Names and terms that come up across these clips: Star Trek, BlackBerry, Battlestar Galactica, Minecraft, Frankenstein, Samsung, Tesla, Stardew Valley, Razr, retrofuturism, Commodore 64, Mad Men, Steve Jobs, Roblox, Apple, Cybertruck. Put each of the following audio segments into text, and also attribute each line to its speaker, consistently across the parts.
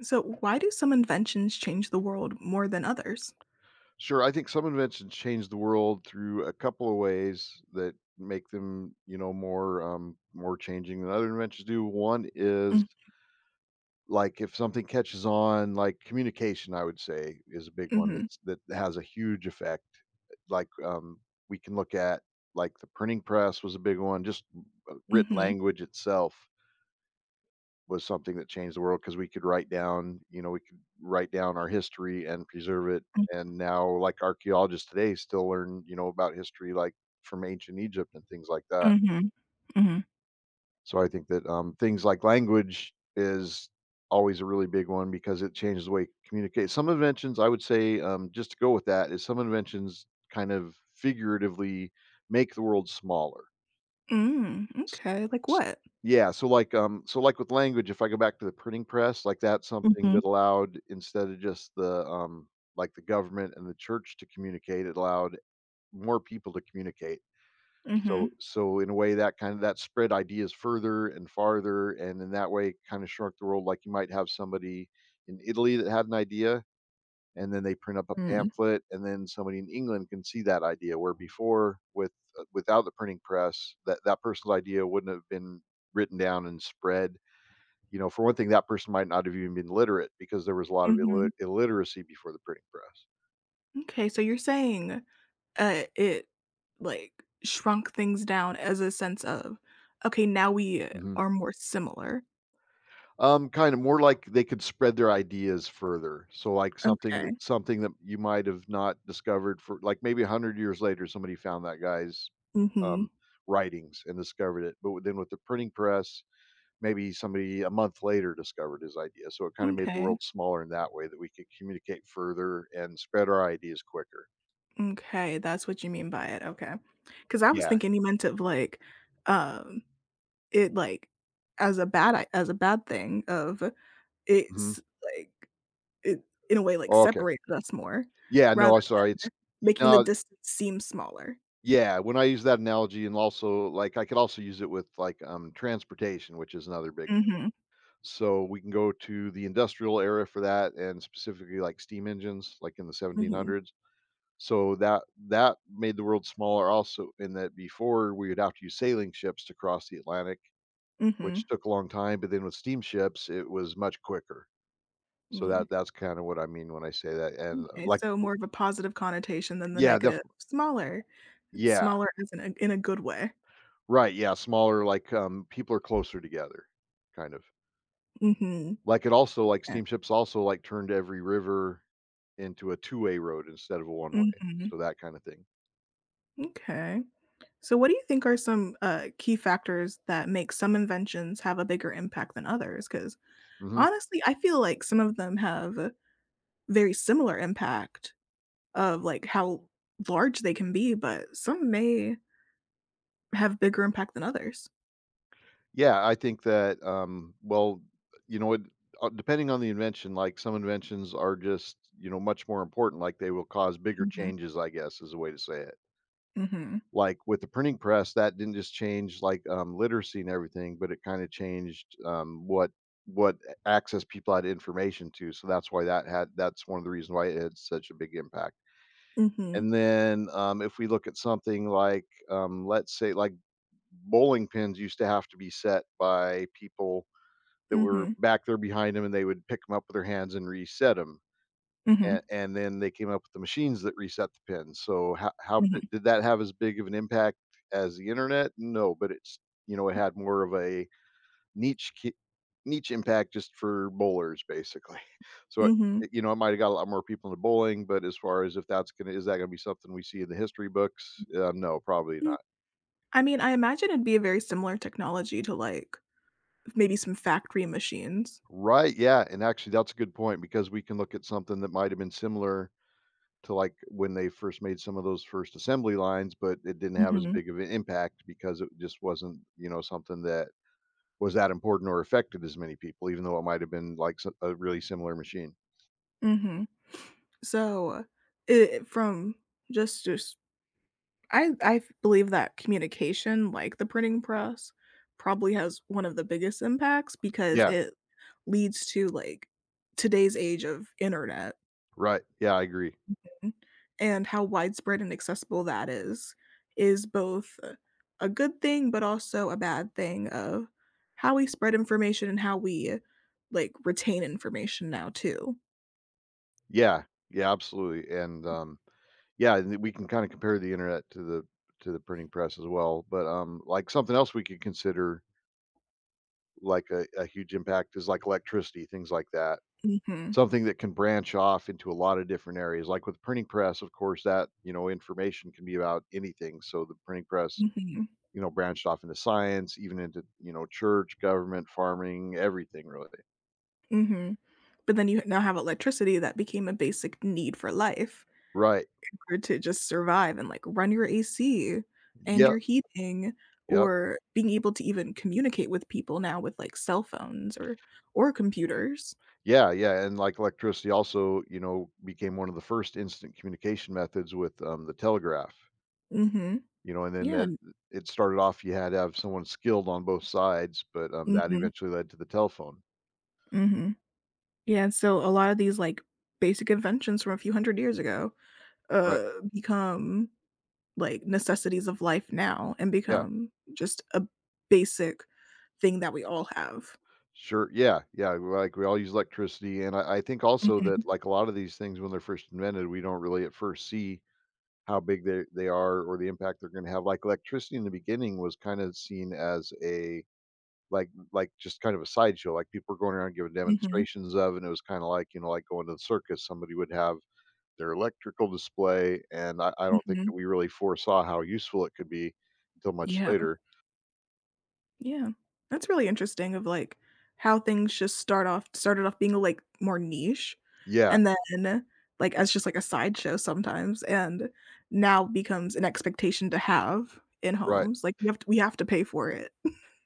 Speaker 1: So, why do some inventions change the world more than others?
Speaker 2: Sure, I think some inventions change the world through a couple of ways that make them, you know, more more changing than other inventions do. One is
Speaker 1: Mm.
Speaker 2: like if something catches on, like communication, I would say is a big one
Speaker 1: Mhm.
Speaker 2: that has a huge effect. Like we can look at like the printing press was a big one, just written
Speaker 1: Mhm.
Speaker 2: language itself was something that changed the world because we could write down, you know, we could write down our history and preserve it.
Speaker 1: Mm.
Speaker 2: And now, like archaeologists today, still learn, you know, about history like from ancient Egypt and things like that.
Speaker 1: Mhm. Mhm.
Speaker 2: So I think that things like language is always a really big one because it changes the way you communicate. Some inventions, I would say, just to go with that, is some inventions kind of figuratively make the world smaller.
Speaker 1: Mm, okay, like what?
Speaker 2: Yeah, so, like, with language, if I go back to the printing press, like, that's something
Speaker 1: Mhm.
Speaker 2: that allowed instead of just the like, the government and the church to communicate, it allowed more people to communicate. So
Speaker 1: Mhm.
Speaker 2: so, in a way, that kind of that spread ideas further and farther, and in that way, kinda shrunk the world, like, you might have somebody in Italy that had an idea and then they print up a
Speaker 1: Mm.
Speaker 2: pamphlet and then somebody in England can see that idea where before with without the printing press that person's idea wouldn't have been written down and spread, you know, for one thing that person might not have even been literate because there was a lot of
Speaker 1: Mhm.
Speaker 2: illiteracy before the printing press.
Speaker 1: Okay, so you're saying, uh, it, like, shrunk things down as a sense of, "Okay, now we
Speaker 2: Hmm.
Speaker 1: are more similar."
Speaker 2: Kind of more like they could spread their ideas further, so like
Speaker 1: Okay.
Speaker 2: something that you might have not discovered for like maybe 100 years later somebody found that guy's
Speaker 1: Mhm.
Speaker 2: um writings and discovered it, but then with the printing press maybe somebody a month later discovered his idea. So it kind of made the
Speaker 1: Okay.
Speaker 2: world smaller in that way that we could communicate further and spread our ideas quicker.
Speaker 1: M'kay, that's what you mean by it. Okay. Because I was
Speaker 2: Yeah.
Speaker 1: thinking you meant of, um it, as a bad I as a bad thing of
Speaker 2: Mhm.
Speaker 1: it's, like it in a way, like,
Speaker 2: Okay.
Speaker 1: separated us more
Speaker 2: Yeah. No,
Speaker 1: rather
Speaker 2: I'm
Speaker 1: than
Speaker 2: sorry. It's you
Speaker 1: making the
Speaker 2: know,
Speaker 1: distance seem smaller.
Speaker 2: yeah. When I use that analogy, and also like I could also use it with like transportation, which is another big one.
Speaker 1: Mhm,
Speaker 2: So we can go to the industrial era for that, and specifically like steam engines, like in the
Speaker 1: mhm,
Speaker 2: 1700s. So that made the world smaller also in that before we would have to use sailing ships to cross the Atlantic,
Speaker 1: mhm,
Speaker 2: which took a long time, but then with steamships, it was much quicker. So
Speaker 1: mm.
Speaker 2: that that's kinda what I mean when I say that, and
Speaker 1: Okay,
Speaker 2: like
Speaker 1: so more of a positive connotation than the
Speaker 2: yeah,
Speaker 1: negative.
Speaker 2: definitely,
Speaker 1: Smaller. It's
Speaker 2: yeah,
Speaker 1: smaller as in a good way.
Speaker 2: right, yeah, smaller, like, people are closer together, kind of.
Speaker 1: Mhm,
Speaker 2: Like, it also like,
Speaker 1: yeah,
Speaker 2: steamships also, like, turned every river into a two-way road instead of a one-way,
Speaker 1: mhm,
Speaker 2: so that kinda thing.
Speaker 1: m'kay. So what do you think are some, key factors that make some inventions have a bigger impact than others? Because
Speaker 2: Mhm.
Speaker 1: honestly, I feel like some of them have very similar impact of, like, how large they can be, but some may have bigger impact than others.
Speaker 2: Yeah, I think that, well, you know, it depending on the invention, like, some inventions are just, you know, much more important, like, they will cause bigger
Speaker 1: Mhm,
Speaker 2: changes, I guess, is a way to say it.
Speaker 1: mhm,
Speaker 2: Like with the printing press, that didn't just change like literacy and everything, but it kind of changed um, what access people had to information to. So that's one of the reasons why it had such a big impact.
Speaker 1: mhm,
Speaker 2: And then if we look at something like let's say like bowling pins used to have to be set by people that were
Speaker 1: mhm,
Speaker 2: back there behind them, and they would pick them up with their hands and reset them,
Speaker 1: mhm,
Speaker 2: and then they came up with the machines that reset the pins. So how
Speaker 1: mhm,
Speaker 2: b did that have as big of an impact as the internet? No, but it's, you know, it had more of a niche ki niche impact just for bowlers, basically. So,
Speaker 1: mhm,
Speaker 2: it, you know, it might've got a lot more people into bowling, but as far as if that's gonna is that gonna be something we see in the history books? No, probably
Speaker 1: mm.
Speaker 2: not.
Speaker 1: I mean, I imagine it'd be a very similar technology to, like, maybe some factory machines.
Speaker 2: Right, yeah, and actually, that's a good point because we can look at something that might have been similar to like when they first made some of those first assembly lines, but it didn't have as
Speaker 1: Mhm,
Speaker 2: big of an impact because it just wasn't, you know, something that was that important or affected as many people, even though it might have been like a really similar machine.
Speaker 1: mhm. So, it from just I believe that communication, like the printing press, probably has one of the biggest impacts because
Speaker 2: Yeah,
Speaker 1: it leads to like today's age of internet,
Speaker 2: right. Yeah, I agree.
Speaker 1: and how widespread and accessible that is both a good thing but also a bad thing of how we spread information and how we like retain information now too.
Speaker 2: Yeah, yeah, absolutely. And yeah, and we can kind of compare the internet to the printing press as well. But like something else we could consider like a huge impact is like electricity, things like that.
Speaker 1: Mhm,
Speaker 2: Something that can branch off into a lot of different areas. Like with printing press, of course, that, you know, information can be about anything. So the printing press,
Speaker 1: mhm,
Speaker 2: you know, branched off into science, even into, you know, church, government, farming, everything really.
Speaker 1: mhm. But then you now have electricity that became a basic need for life.
Speaker 2: Right.
Speaker 1: Hard to just survive and, like, run your AC and
Speaker 2: Yep.
Speaker 1: your heating,
Speaker 2: Yep.
Speaker 1: or being able to even communicate with people now with, like, cell phones or computers.
Speaker 2: Yeah. Yeah. And like electricity also, you know, became one of the first instant communication methods with the telegraph,
Speaker 1: Mhm.
Speaker 2: you know, and then
Speaker 1: Yeah,
Speaker 2: that
Speaker 1: n
Speaker 2: it started off, you had to have someone skilled on both sides, but that
Speaker 1: mhm,
Speaker 2: eventually led to the telephone.
Speaker 1: mhm. Yeah, and so a lot of these, like, basic inventions from a few hundred years ago,
Speaker 2: Right.
Speaker 1: become, like, necessities of life now and
Speaker 2: Yeah.
Speaker 1: become just a basic thing that we all have.
Speaker 2: Sure. Yeah. Yeah. Like we all use electricity. And I think also that
Speaker 1: Mhm,
Speaker 2: like a lot of these things when they're first invented, we don't really at first see how big they are or the impact they're going to have. Like electricity in the beginning was kind of seen as a like just kind of a sideshow. Like people were going around giving
Speaker 1: mhm,
Speaker 2: demonstrations of and it was kind of like, you know, like going to the circus, somebody would have their electrical display. And I don't think
Speaker 1: mhm.
Speaker 2: that we really foresaw how useful it could be until much
Speaker 1: Yeah.
Speaker 2: later.
Speaker 1: Yeah. That's really interesting of, like, how things just start off started off being, like, more niche,
Speaker 2: Yeah.
Speaker 1: and then, like, as just, like, a sideshow sometimes, and now becomes an expectation to have in
Speaker 2: Right.
Speaker 1: homes, like, you have to we have to pay for it.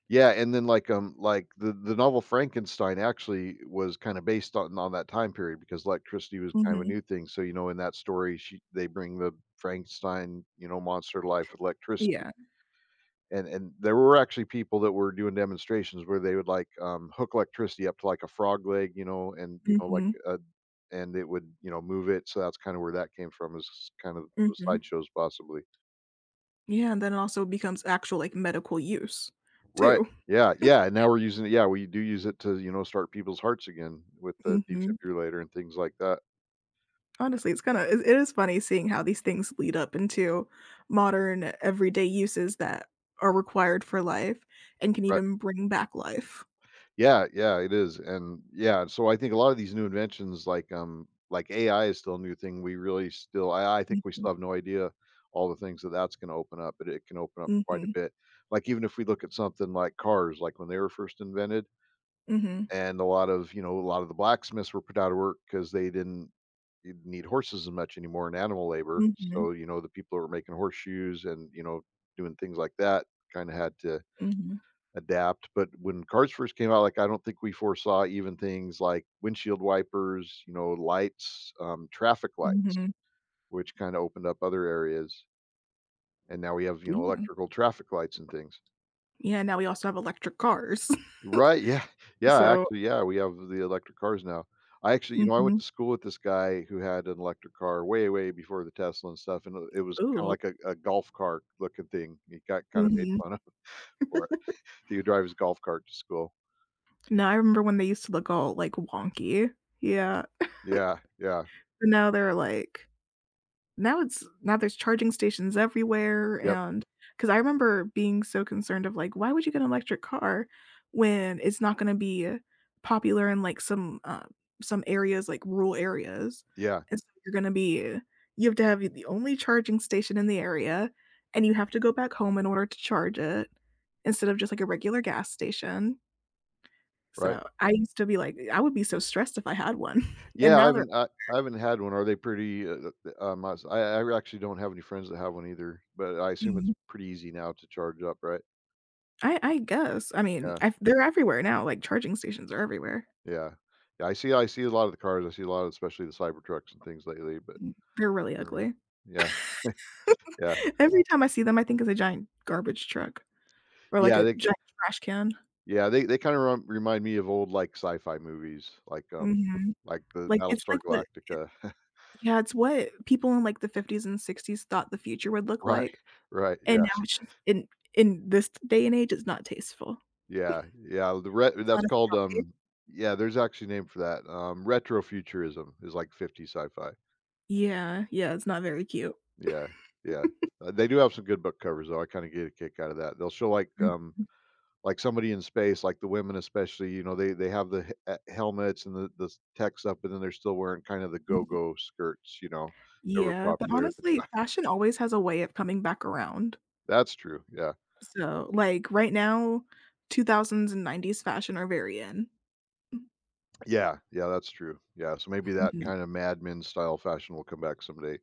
Speaker 2: Yeah, and then, like the novel Frankenstein actually was kinda based on that time period because electricity was kind of a
Speaker 1: Mhm.
Speaker 2: new thing, so, you know, in that story, she they bring the Frankenstein, you know, monster to life with electricity,
Speaker 1: Yeah.
Speaker 2: and there were actually people that were doing demonstrations where they would, like, hook electricity up to, like, a frog leg, you know, and, you know, like,
Speaker 1: Mhm.
Speaker 2: and it would, you know, move it, so that's kinda where that came from is kind of those
Speaker 1: Mhm.
Speaker 2: sideshows possibly.
Speaker 1: Yeah, and then it also becomes actual, like, medical use
Speaker 2: Right.
Speaker 1: too.
Speaker 2: Yeah, yeah, and now we're using it, yeah, we do use it to, you know, start people's hearts again with the
Speaker 1: Mhm.
Speaker 2: defibrillator and things like that.
Speaker 1: Honestly, it's kinda it it is funny seeing how these things lead up into modern everyday uses that are required for life and can
Speaker 2: Right.
Speaker 1: even bring back life.
Speaker 2: Yeah, yeah, it is, and yeah, so I think a lot of these new inventions like AI is still a new thing, we really still I think we
Speaker 1: Mhm,
Speaker 2: still have no idea all the things that that's gonna open up, but it can open up quite a
Speaker 1: mhm,
Speaker 2: bit. Like, even if we look at something like cars, like when they were first invented,
Speaker 1: mhm,
Speaker 2: and a lot of, you know, a lot of the blacksmiths were put out of work because they didn't you need horses as much anymore in animal labor.
Speaker 1: mhm,
Speaker 2: So, you know, the people who were making horseshoes and, you know, doing things like that kind of had to
Speaker 1: mhm,
Speaker 2: adapt. But when cars first came out, like, I don't think we foresaw even things like windshield wipers, you know, lights, traffic lights,
Speaker 1: mhm.
Speaker 2: which kind of opened up other areas. And now we have, you know,
Speaker 1: Yeah.
Speaker 2: electrical traffic lights and things.
Speaker 1: Yeah, now we also have electric cars.
Speaker 2: Right, yeah. Yeah,
Speaker 1: So
Speaker 2: actually, yeah, we have the electric cars now. I actually, you know, I went
Speaker 1: mhm.
Speaker 2: to school with this guy who had an electric car way, way before the Tesla and stuff, and it was kinda
Speaker 1: Ooh.
Speaker 2: like a golf cart looking thing. He got kinda made
Speaker 1: Mhm.
Speaker 2: fun of for it. He would drive his golf cart to school.
Speaker 1: No, I remember when they used to look all, like, wonky. Yeah,
Speaker 2: Yeah, yeah,
Speaker 1: but now they're, like Now it's now there's charging stations everywhere,
Speaker 2: yep,
Speaker 1: and because I remember being so concerned of, like, "Why would you get an electric car when it's not gonna be popular in, like, some areas, like, rural areas,
Speaker 2: yeah,
Speaker 1: and so you're gonna be you have to have the only charging station in the area, and you have to go back home in order to charge it instead of just, like, a regular gas station."
Speaker 2: right.
Speaker 1: So, I used to be like I would be so stressed if I had one, and
Speaker 2: Yeah,
Speaker 1: now
Speaker 2: I haven't had one. Are they pretty, I actually don't have any friends that have one either, but I assume
Speaker 1: they're
Speaker 2: it's pretty easy now to charge up, right?
Speaker 1: I guess. I mean,
Speaker 2: Yeah.
Speaker 1: I they're everywhere now, like, charging stations are everywhere.
Speaker 2: Yeah. Yeah, I see a lot of the cars, I see a lot of especially the Cybertrucks and things lately, but
Speaker 1: Mm, they're really
Speaker 2: I've never had.
Speaker 1: ugly.
Speaker 2: Yeah, yeah.
Speaker 1: Every time I see them, I think it's a giant garbage truck or, like,
Speaker 2: Yeah,
Speaker 1: a
Speaker 2: they
Speaker 1: giant trash can.
Speaker 2: yeah, they kinda remind me of old, like, sci-fi movies,
Speaker 1: Mhm.
Speaker 2: like the
Speaker 1: Like, it's
Speaker 2: Battlestar
Speaker 1: like what it
Speaker 2: Galactica.
Speaker 1: Yeah, it's what people in, like, the '50s and '60s thought the future would look
Speaker 2: Right,
Speaker 1: like,
Speaker 2: right,
Speaker 1: and
Speaker 2: yeah,
Speaker 1: now it's just in this day and age, it's not tasteful.
Speaker 2: yeah, yeah, the re
Speaker 1: It's
Speaker 2: that's
Speaker 1: honestly
Speaker 2: called,
Speaker 1: not ta-
Speaker 2: yeah, there's actually a name for that, retrofuturism is like '50s sci-fi.
Speaker 1: Yeah, yeah, it's not very cute.
Speaker 2: Yeah, yeah. They do have some good book covers, though, I kinda get a kick out of that. They'll show, like, like somebody in space, like the women especially, you know, they have the helmets and the tech stuff, but then they're still wearing kind of the
Speaker 1: Mhm.
Speaker 2: go-go skirts, you know, that were
Speaker 1: Yeah, but
Speaker 2: popular at the
Speaker 1: honestly,
Speaker 2: time.
Speaker 1: fashion always has a way of coming back around.
Speaker 2: That's true. Yeah.
Speaker 1: So, like, right now, 2000s and 90s fashion are very in.
Speaker 2: Yeah. Yeah. That's true. Yeah. So maybe that
Speaker 1: Mhm.
Speaker 2: kind of Mad Men style fashion will come back someday.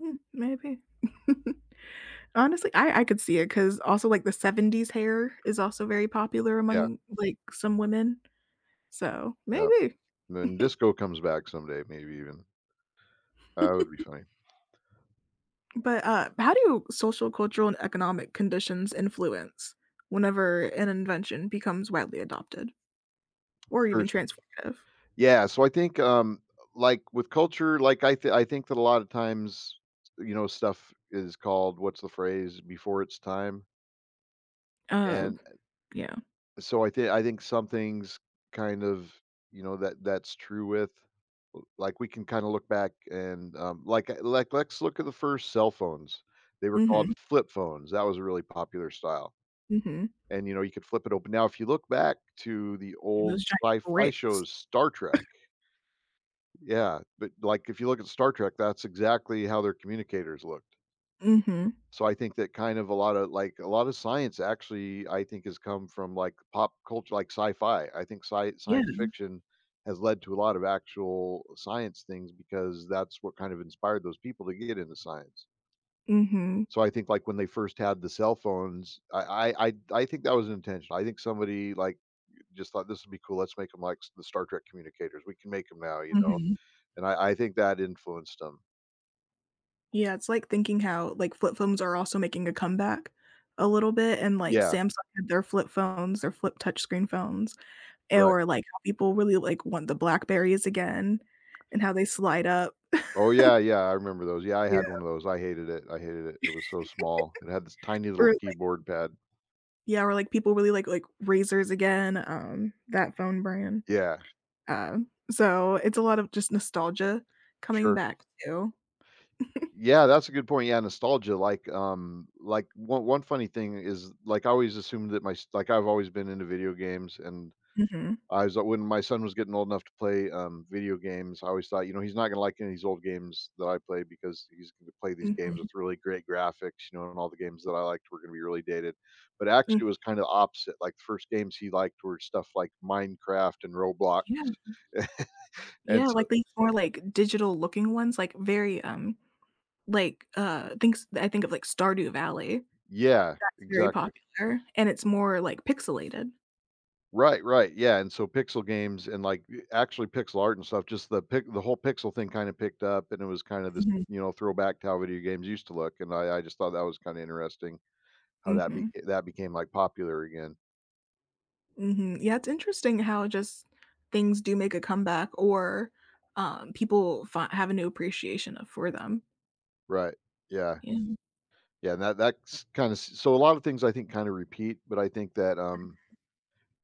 Speaker 1: Mm, maybe. Honestly, I could see it because also, like, the 70s hair is also very popular
Speaker 2: Yeah.
Speaker 1: among, like, some women, so
Speaker 2: Yeah.
Speaker 1: maybe.
Speaker 2: And then disco comes back someday, maybe even. That would be funny.
Speaker 1: But, how do social, cultural, and economic conditions influence whenever an invention becomes widely adopted or even
Speaker 2: Sure.
Speaker 1: transformative?
Speaker 2: Yeah. So I think, like with culture, I think that a lot of times, you know, stuff is called what's the phrase before its time.
Speaker 1: Uh,
Speaker 2: And
Speaker 1: yeah.
Speaker 2: So I think some things kind of, you know, that's true with like we can kind of look back and let's look at the first cell phones. They were called
Speaker 1: Mhm,
Speaker 2: flip phones. That was a really popular style.
Speaker 1: mhm.
Speaker 2: And you know, you could flip it open. Now, if you look back to the
Speaker 1: And
Speaker 2: old
Speaker 1: those giant
Speaker 2: sci-fi
Speaker 1: bricks.
Speaker 2: shows, Star Trek, yeah, but like if you look at Star Trek, that's exactly how their communicators look.
Speaker 1: Mhm.
Speaker 2: So I think that kind of a lot of science actually I think has come from like pop culture, like sci-fi. I think
Speaker 1: Yeah.
Speaker 2: science fiction has led to a lot of actual science things because that's what kind of inspired those people to get into science.
Speaker 1: Mhm,
Speaker 2: So I think like when they first had the cell phones, I think that was intentional. I think somebody like just thought this would be cool. Let's make them like the Star Trek communicators. We can make them now, you know.
Speaker 1: mhm.
Speaker 2: And I think that influenced them.
Speaker 1: Yeah, it's like thinking how, like, flip phones are also making a comeback a little bit, and, like,
Speaker 2: Yeah,
Speaker 1: Samsung had their flip phones, their flip touchscreen phones, eh,
Speaker 2: right.
Speaker 1: or, like, how people really, like, want the BlackBerries again and how they slide up.
Speaker 2: Oh yeah, yeah, I remember those. Yeah, I had one
Speaker 1: Yeah.
Speaker 2: of those. I hated it. I hated it. It was so small. It had this tiny
Speaker 1: Or,
Speaker 2: little keyboard pad.
Speaker 1: people really like Razors again, that phone brand.
Speaker 2: Yeah,
Speaker 1: So it's a lot of just nostalgia coming
Speaker 2: sure.
Speaker 1: back too.
Speaker 2: Yeah, that's a good point. Yeah, nostalgia. Like one funny thing is like I always assumed that like I've always been into video games and
Speaker 1: Mhm,
Speaker 2: I was when my son was getting old enough to play, video games, I always thought, you know, he's not gonna like any of these old games that I play because he's gonna play these games with
Speaker 1: mhm,
Speaker 2: really great graphics, you know, and all the games that I liked were gonna be really dated. But actually, it was kinda opposite, like, the first games he liked were stuff like Minecraft and Roblox.
Speaker 1: mm.
Speaker 2: And
Speaker 1: Yeah,
Speaker 2: so
Speaker 1: like these more, like, digital looking ones, like, very, like, thinks I think of, like, Stardew Valley.
Speaker 2: yeah,
Speaker 1: That's very
Speaker 2: exactly.
Speaker 1: popular, and it's more, like, pixelated.
Speaker 2: Right, right, yeah, and so pixel games and, like, eh, actually pixel art and stuff, just the whole pixel thing kinda picked up, and it was kinda this,
Speaker 1: Mhm,
Speaker 2: you know, throwback to how video games used to look, and I just thought that was kinda interesting. How
Speaker 1: mhm,
Speaker 2: that became, like, popular again.
Speaker 1: mhm. Yeah, it's interesting how just things do make a comeback, or, people fi have a new appreciation of for them.
Speaker 2: Right. Yeah.
Speaker 1: Yeah.
Speaker 2: Yeah, and that's kinda so a lot of things I think kinda repeat, but I think that,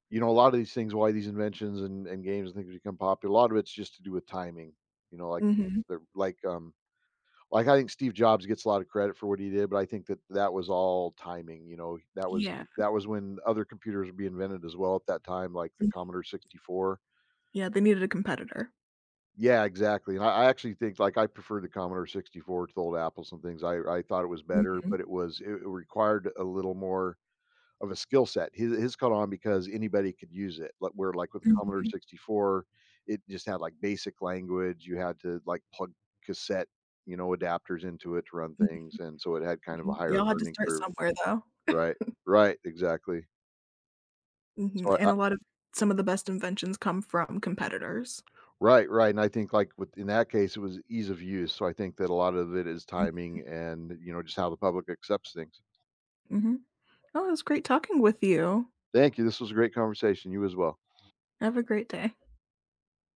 Speaker 2: you know, a lot of these things, why these inventions and games and things become popular, a lot of it's just to do with timing, you know,
Speaker 1: Mhm.
Speaker 2: the like, um I think Steve Jobs gets a lot of credit for what he did, but I think that that was all timing, you know,
Speaker 1: Yeah.
Speaker 2: that was when other computers would be invented as well at that time, like the
Speaker 1: Mhm.
Speaker 2: Commodore 64.
Speaker 1: Yeah, they needed a competitor.
Speaker 2: Yeah, exactly, and I actually think, like, I preferred the Commodore 64 to the old Apple. Some things, I thought it was better,
Speaker 1: Mhm,
Speaker 2: but it was it it required a little more of a skill set. His caught on because anybody could use it, like, where, like, with the Commodore
Speaker 1: mhm,
Speaker 2: 64, it just had, like, basic language, you had to, like, plug cassette, you know, adapters into it to run things, and so it had kind of a
Speaker 1: mhm. They
Speaker 2: higher
Speaker 1: all had to
Speaker 2: learning
Speaker 1: start
Speaker 2: curve.
Speaker 1: somewhere, though.
Speaker 2: Right, right, exactly.
Speaker 1: Mhm,
Speaker 2: So
Speaker 1: and
Speaker 2: I
Speaker 1: a lot of some of the best inventions come from competitors.
Speaker 2: Right, right, and I think, like, with in that case, it was ease of use, so I think that a lot of it is
Speaker 1: Mhm,
Speaker 2: timing and, you know, just how the public accepts things.
Speaker 1: mhm. Oh, it was great talking with you.
Speaker 2: Thank you, this was a great conversation, you as well.
Speaker 1: Have a great day.